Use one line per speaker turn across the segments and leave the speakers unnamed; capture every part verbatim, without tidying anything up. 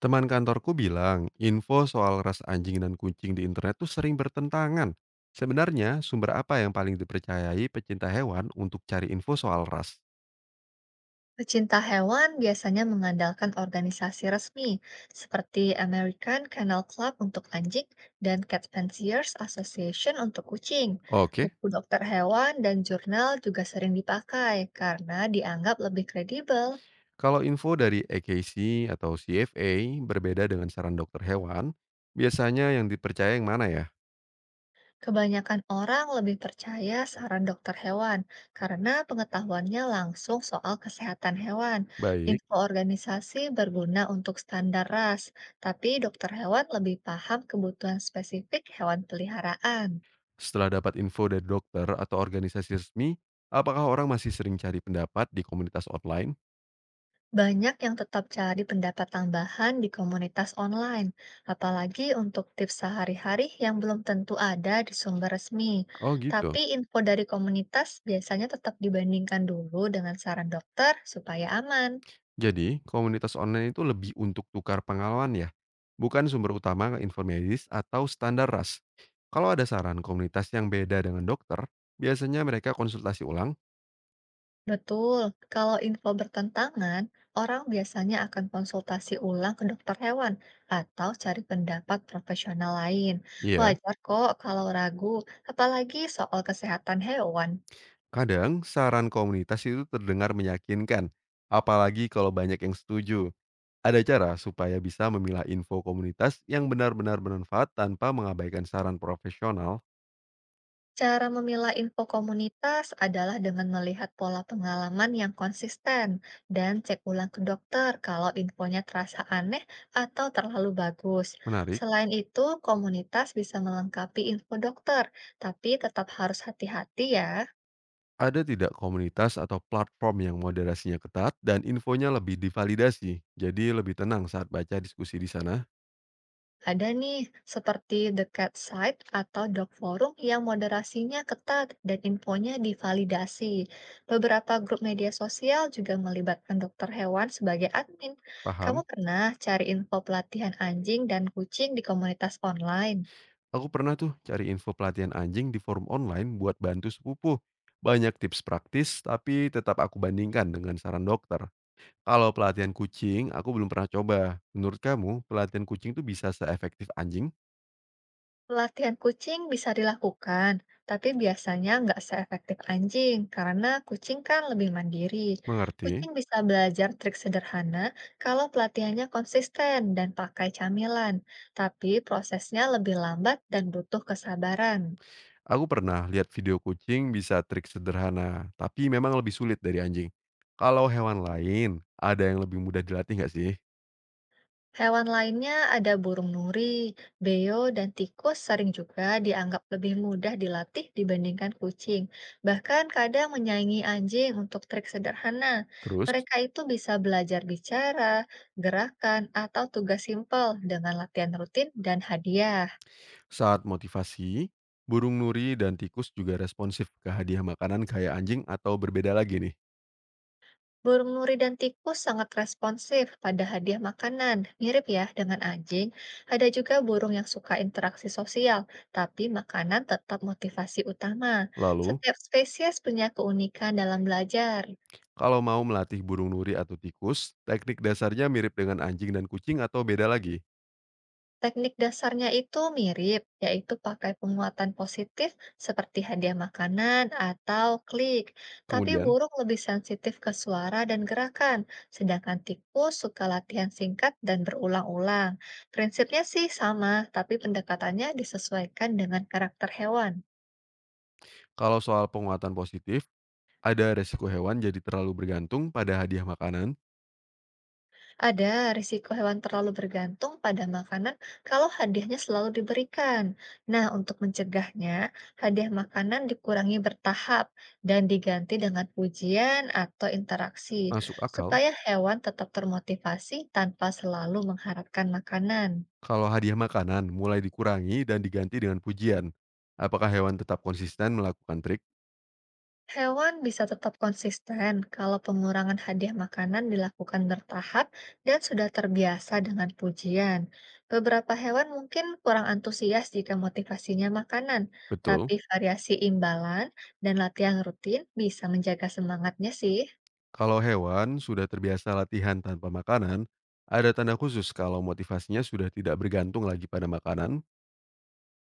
Teman kantorku bilang, info soal ras anjing dan kucing di internet tuh sering bertentangan. Sebenarnya, sumber apa yang paling dipercayai pecinta hewan untuk cari info soal ras?
Pecinta hewan biasanya mengandalkan organisasi resmi seperti American Kennel Club untuk anjing dan Cat Fanciers Association untuk kucing.
Oke,
Buku dokter hewan dan jurnal juga sering dipakai karena dianggap lebih kredibel.
kalau info dari A K C atau C F A berbeda dengan saran dokter hewan, biasanya yang dipercaya yang mana ya?
Kebanyakan orang lebih percaya saran dokter hewan karena pengetahuannya langsung soal kesehatan hewan.
Baik,
Info organisasi berguna untuk standar ras, tapi dokter hewan lebih paham kebutuhan spesifik hewan peliharaan.
setelah dapat info dari dokter atau organisasi resmi, apakah orang masih sering cari pendapat di komunitas online?
Banyak yang tetap cari pendapat tambahan di komunitas online, apalagi untuk tips sehari-hari yang belum tentu ada di sumber resmi.
Oh gitu.
Tapi info dari komunitas biasanya tetap dibandingkan dulu dengan saran dokter supaya aman.
Jadi, komunitas online itu lebih untuk tukar pengalaman ya, bukan sumber utama info medis atau standar ras. Kalau ada saran komunitas yang beda dengan dokter, biasanya mereka konsultasi ulang.
Betul, kalau info bertentangan, orang biasanya akan konsultasi ulang ke dokter hewan atau cari pendapat profesional lain.
Iya,
Wajar kok kalau ragu, apalagi soal kesehatan hewan.
kadang saran komunitas itu terdengar meyakinkan, apalagi kalau banyak yang setuju. Ada cara supaya bisa memilah info komunitas yang benar-benar bermanfaat tanpa mengabaikan saran profesional.
Cara memilah info komunitas adalah dengan melihat pola pengalaman yang konsisten dan cek ulang ke dokter kalau infonya terasa aneh atau terlalu bagus.
Menarik.
Selain itu, komunitas bisa melengkapi info dokter, tapi tetap harus hati-hati ya.
Ada tidak komunitas atau platform yang moderasinya ketat dan infonya lebih divalidasi, jadi lebih tenang saat baca diskusi di sana?
Ada nih, seperti The Cat Site atau Dog Forum yang moderasinya ketat dan infonya divalidasi. Beberapa grup media sosial juga melibatkan dokter hewan sebagai admin. Kamu
Paham?
pernah cari info pelatihan anjing dan kucing di komunitas online?
Aku pernah tuh cari info pelatihan anjing di forum online buat bantu sepupu. Banyak tips praktis, tapi tetap aku bandingkan dengan saran dokter. Kalau pelatihan kucing, aku belum pernah coba. Menurut kamu, pelatihan kucing tuh bisa seefektif anjing?
Pelatihan kucing bisa dilakukan, tapi biasanya nggak seefektif anjing karena kucing kan lebih mandiri. Kucing
Mengerti?
bisa belajar trik sederhana kalau pelatihannya konsisten dan pakai camilan, tapi prosesnya lebih lambat dan butuh kesabaran.
Aku pernah lihat video kucing bisa trik sederhana, tapi memang lebih sulit dari anjing. Kalau hewan lain, ada yang lebih mudah dilatih nggak sih?
Hewan lainnya ada burung nuri, beo, dan tikus sering juga dianggap lebih mudah dilatih dibandingkan kucing. Bahkan kadang menyaingi anjing untuk trik sederhana.
Terus,
Mereka itu bisa belajar bicara, gerakan, atau tugas simpel dengan latihan rutin dan hadiah.
saat motivasi, burung nuri dan tikus juga responsif ke hadiah makanan kayak anjing atau berbeda lagi nih.
Burung nuri dan tikus sangat responsif pada hadiah makanan, mirip ya dengan anjing. Ada juga burung yang suka interaksi sosial, tapi makanan tetap motivasi utama.
Lalu,
Setiap spesies punya keunikan dalam belajar.
kalau mau melatih burung nuri atau tikus, teknik dasarnya mirip dengan anjing dan kucing atau beda lagi.
Teknik dasarnya itu mirip, yaitu pakai penguatan positif seperti hadiah makanan atau klik. Tapi
Kemudian,
burung lebih sensitif ke suara dan gerakan, sedangkan tikus suka latihan singkat dan berulang-ulang. Prinsipnya sih sama, tapi pendekatannya disesuaikan dengan karakter hewan.
kalau soal penguatan positif, ada resiko hewan jadi terlalu bergantung pada hadiah makanan,
Ada risiko hewan terlalu bergantung pada makanan kalau hadiahnya selalu diberikan. Nah, untuk mencegahnya, hadiah makanan dikurangi bertahap dan diganti dengan pujian atau interaksi,
masuk akal.
supaya hewan tetap termotivasi tanpa selalu mengharapkan makanan.
Kalau hadiah makanan mulai dikurangi dan diganti dengan pujian, apakah hewan tetap konsisten melakukan trik?
Hewan bisa tetap konsisten kalau pengurangan hadiah makanan dilakukan bertahap dan sudah terbiasa dengan pujian. Beberapa hewan mungkin kurang antusias jika motivasinya makanan,
Betul.
tapi variasi imbalan dan latihan rutin bisa menjaga semangatnya sih.
Kalau hewan sudah terbiasa latihan tanpa makanan, ada tanda khusus kalau motivasinya sudah tidak bergantung lagi pada makanan?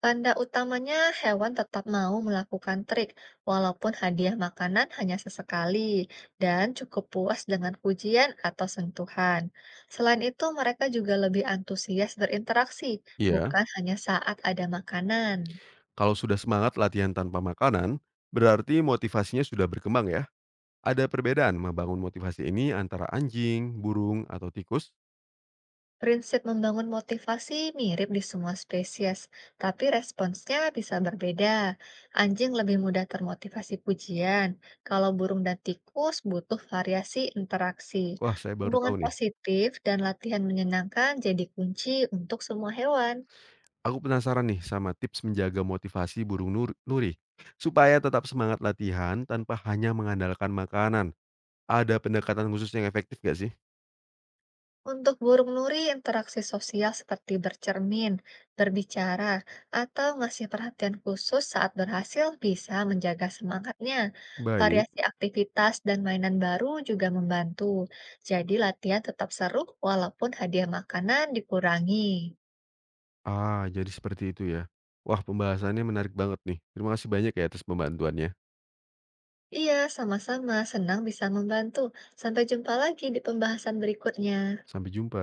Tanda utamanya hewan tetap mau melakukan trik, walaupun hadiah makanan hanya sesekali, dan cukup puas dengan pujian atau sentuhan. Selain itu, mereka juga lebih antusias berinteraksi,
Iya.
bukan hanya saat ada makanan.
Kalau sudah semangat latihan tanpa makanan, berarti motivasinya sudah berkembang ya. Ada perbedaan membangun motivasi ini antara anjing, burung, atau tikus?
Prinsip membangun motivasi mirip di semua spesies, tapi responsnya bisa berbeda. Anjing lebih mudah termotivasi pujian, kalau burung dan tikus butuh variasi interaksi.
Wah, saya baru
Hubungan
tahu nih.
positif dan latihan menyenangkan jadi kunci untuk semua hewan.
Aku penasaran nih sama tips menjaga motivasi burung nur nuri, supaya tetap semangat latihan tanpa hanya mengandalkan makanan. Ada pendekatan khusus yang efektif nggak sih?
Untuk burung nuri, interaksi sosial seperti bercermin, berbicara, atau ngasih perhatian khusus saat berhasil bisa menjaga semangatnya.
Baik.
Variasi aktivitas dan mainan baru juga membantu. Jadi latihan tetap seru walaupun hadiah makanan dikurangi.
Ah, jadi seperti itu ya. Wah, pembahasannya menarik banget nih. Terima kasih banyak ya atas pembantuannya.
Iya, sama-sama. Senang bisa membantu. Sampai jumpa lagi di pembahasan berikutnya.
Sampai jumpa.